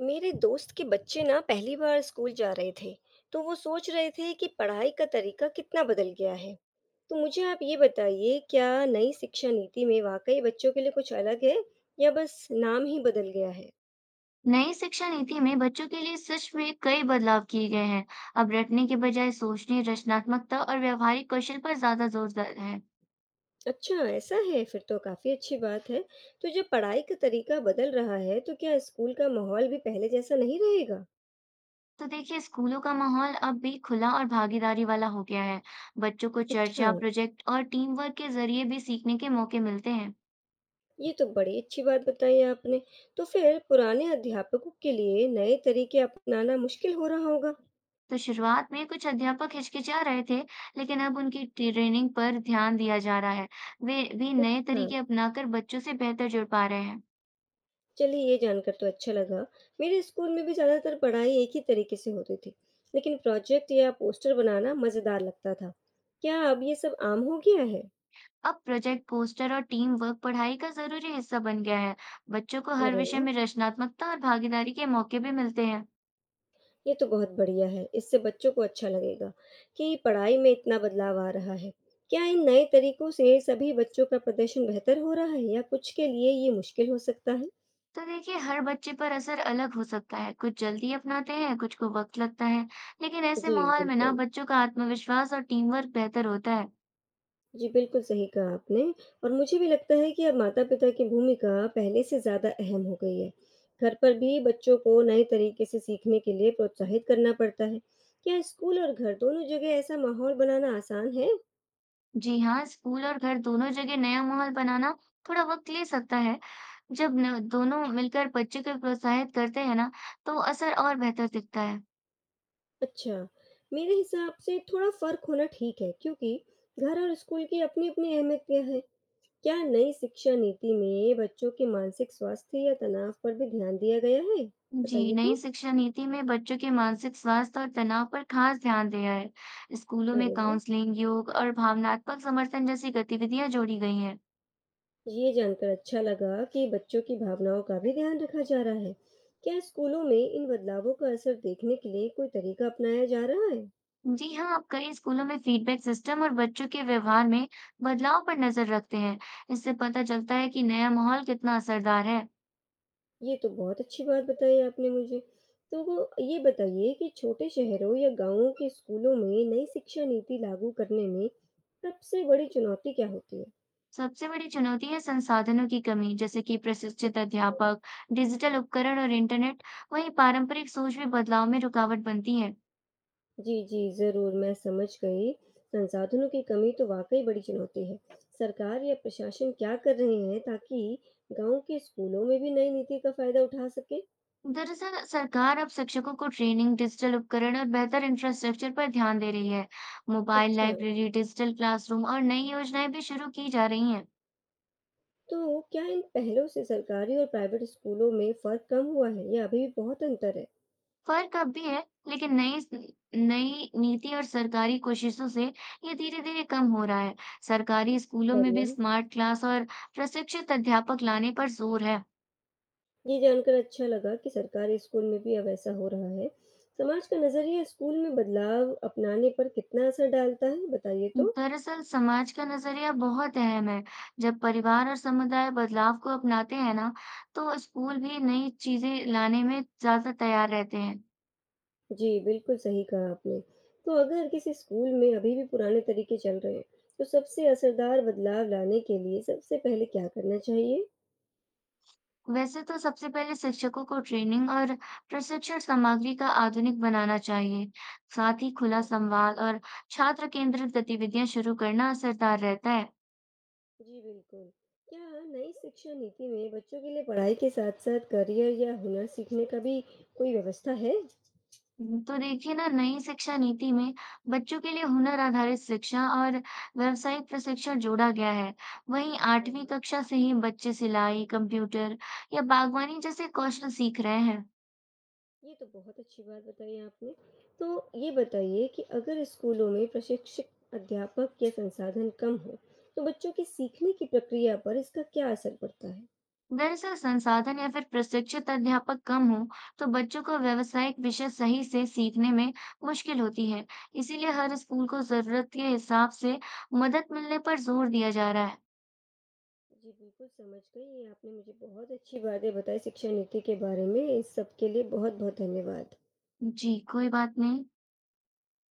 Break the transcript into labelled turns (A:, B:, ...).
A: मेरे दोस्त के बच्चे ना पहली बार स्कूल जा रहे थे। तो वो सोच रहे थे कि पढ़ाई का तरीका कितना बदल गया है। तो मुझे आप ये बताइए, क्या नई शिक्षा नीति में वाकई बच्चों के लिए कुछ अलग है या बस नाम ही बदल गया है?
B: नई शिक्षा नीति में बच्चों के लिए सच में कई बदलाव किए गए हैं। अब रटने के बजाय सोचने, रचनात्मकता और व्यावहारिक कौशल पर ज्यादा जोर है।
A: अच्छा, ऐसा है फिर तो काफी अच्छी बात है। तो जब पढ़ाई का तरीका बदल रहा है, तो क्या स्कूल का माहौल भी पहले जैसा नहीं रहेगा?
B: तो देखिए, स्कूलों का माहौल अब भी खुला और भागीदारी वाला हो गया है। बच्चों को
A: अच्छा,
B: चर्चा, प्रोजेक्ट और टीम वर्क के जरिए भी सीखने के मौके मिलते हैं।
A: ये तो बड़ी अच्छी बात बताई आपने। तो फिर पुराने अध्यापकों के लिए नए तरीके अपनाना मुश्किल हो रहा होगा।
B: तो शुरुआत में कुछ अध्यापक हिचकिचा रहे थे, लेकिन अब उनकी ट्रेनिंग पर ध्यान दिया जा रहा है। वे भी नए
A: अच्छा,
B: तरीके अपनाकर बच्चों से बेहतर जुड़ पा रहे हैं।
A: चलिए ये जानकर तो अच्छा लगा। मेरे स्कूल में भी ज़्यादातर पढ़ाई एक ही तरीके से होती थी, लेकिन प्रोजेक्ट या पोस्टर बनाना मज़ेदार लगता था। क्या अब ये सब आम हो गया है?
B: अब प्रोजेक्ट पोस्टर और टीम वर्क पढ़ाई का जरूरी हिस्सा बन गया है। बच्चों को हर
A: अरे
B: विषय
A: वाह!
B: में रचनात्मकता और भागीदारी के मौके भी मिलते हैं।
A: ये तो बहुत बढ़िया है। इससे बच्चों को अच्छा लगेगा कि पढ़ाई में इतना बदलाव आ रहा है। क्या इन नए तरीकों से सभी बच्चों का प्रदर्शन बेहतर हो रहा है या कुछ के लिए ये मुश्किल हो सकता है?
B: तो देखिए, हर बच्चे पर असर अलग हो सकता है। कुछ जल्दी अपनाते हैं, कुछ को वक्त लगता है। लेकिन ऐसे
A: जी,
B: माहौल में ना
A: बिल्कुल।
B: बच्चों का आत्मविश्वास और टीम वर्क बेहतर होता है।
A: जी, बिल्कुल सही कहा आपने। और मुझे भी लगता है कि अब माता-पिता की भूमिका पहले से ज़्यादा अहम हो गई है। घर पर भी बच्चों को नए तरीके से सीखने के लिए प्रोत्साहित करना पड़ता है। क्या स्कूल और घर दोनों जगह ऐसा माहौल बनाना आसान है?
B: जी हाँ, स्कूल और घर दोनों जगह नया माहौल बनाना थोड़ा वक्त ले सकता है। जब न, दोनों मिलकर बच्चे को प्रोत्साहित करते हैं ना, तो असर और बेहतर दिखता है।
A: अच्छा, मेरे हिसाब से थोड़ा फ़र्क होना ठीक है, क्योंकि घर और स्कूल की अपनी-अपनी अहमियत क्या है। क्या नई शिक्षा नीति में बच्चों के मानसिक स्वास्थ्य या तनाव पर भी ध्यान दिया गया है?
B: जी,
A: बताइए
B: नई
A: तो।
B: शिक्षा नीति में बच्चों के मानसिक स्वास्थ्य और तनाव पर खास ध्यान दिया है। स्कूलों में
A: अरे वाह!
B: काउंसलिंग, योग और भावनात्मक समर्थन जैसी गतिविधियां जोड़ी गई हैं।
A: ये जानकर अच्छा लगा कि बच्चों की भावनाओं का भी ध्यान रखा जा रहा है। क्या स्कूलों में इन बदलावों का असर देखने के लिए कोई तरीका अपनाया जा रहा है?
B: जी हाँ, अब कई स्कूलों में फीडबैक सिस्टम और बच्चों के व्यवहार में बदलाव पर नजर रखते हैं। इससे पता चलता है कि नया माहौल कितना असरदार है।
A: ये तो बहुत अच्छी बात बताई आपने मुझे। तो वो ये बताइए कि छोटे शहरों या गांवों के स्कूलों में नई शिक्षा नीति लागू करने में सबसे बड़ी चुनौती क्या होती
B: सबसे बड़ी चुनौती है संसाधनों की कमी, जैसे कि प्रशिक्षित
A: है?
B: अध्यापक, डिजिटल उपकरण और इंटरनेट। वहीं पारंपरिक सोच भी बदलाव में रुकावट बनती है।
A: जी, जी, ज़रूर, मैं समझ गई। संसाधनों की कमी तो वाक़ई बड़ी चुनौती है। सरकार या प्रशासन क्या कर रहे हैं ताकि गाँव के स्कूलों में भी नई नीति का फ़ायदा उठा सकें?
B: दरअसल सरकार अब शिक्षकों को ट्रेनिंग, डिजिटल उपकरण और बेहतर इंफ्रास्ट्रक्चर पर ध्यान दे रही है। मोबाइल
A: अच्छा,
B: लाइब्रेरी, डिजिटल क्लासरूम और नई योजनाएं भी शुरू की जा रही हैं।
A: तो क्या इन पहलों से सरकारी और प्राइवेट स्कूलों में फ़र्क कम हुआ है या अभी भी बहुत अंतर है?
B: फर्क अब भी है, लेकिन नई नई नीति और सरकारी कोशिशों से ये धीरे-धीरे कम हो रहा है। सरकारी स्कूलों में भी
A: बढ़िया,
B: स्मार्ट क्लास और प्रशिक्षित अध्यापक लाने पर जोर है।
A: ये जानकर अच्छा लगा कि सरकारी स्कूल में भी अब ऐसा हो रहा है। समाज का नज़रिया स्कूल में बदलाव अपनाने पर कितना असर डालता है, बताइए तो?
B: दरअसल समाज का नजरिया बहुत अहम है। जब परिवार और समुदाय बदलाव को अपनाते हैं ना, तो स्कूल भी नई चीजें लाने में ज्यादा तैयार रहते हैं।
A: जी, बिल्कुल सही कहा आपने। तो अगर किसी स्कूल में अभी भी पुराने तरीके चल रहे हैं, तो सबसे असरदार बदलाव लाने के लिए सबसे पहले क्या करना चाहिए?
B: वैसे तो सबसे पहले शिक्षकों को ट्रेनिंग और प्रशिक्षण सामग्री का आधुनिक बनाना चाहिए। साथ ही खुला
A: अच्छा,
B: संवाद और छात्र केंद्रित गतिविधियां शुरू करना असरदार रहता है।
A: जी बिल्कुल। क्या नई शिक्षा नीति में बच्चों के लिए पढ़ाई के साथ-साथ करियर या हुनर सीखने का भी कोई व्यवस्था है?
B: तो देखिए ना, नई शिक्षा नीति में बच्चों के लिए हुनर आधारित शिक्षा और व्यावसायिक प्रशिक्षण जोड़ा गया है। वहीं
A: अरे
B: आठवीं
A: वाह!
B: कक्षा से ही बच्चे सिलाई, कंप्यूटर या बागवानी जैसे कौशल सीख रहे हैं।
A: ये तो बहुत अच्छी बात बताई आपने। तो ये बताइए कि अगर स्कूलों में प्रशिक्षित अध्यापक या संसाधन कम हो, तो बच्चों की सीखने की प्रक्रिया पर इसका क्या असर पड़ता है?
B: दरअसल संसाधन या फिर प्रशिक्षित अध्यापक कम हो तो बच्चों को व्यावसायिक विषय सही से सीखने में मुश्किल होती है। इसीलिए हर स्कूल को जरूरत के हिसाब से मदद मिलने पर जोर दिया जा रहा है।
A: जी, बिल्कुल समझ गई। ये आपने मुझे बहुत अच्छी बातें बताई शिक्षा नीति के बारे में। इस सब के लिए बहुत-बहुत धन्यवाद।
B: जी, कोई बात नहीं।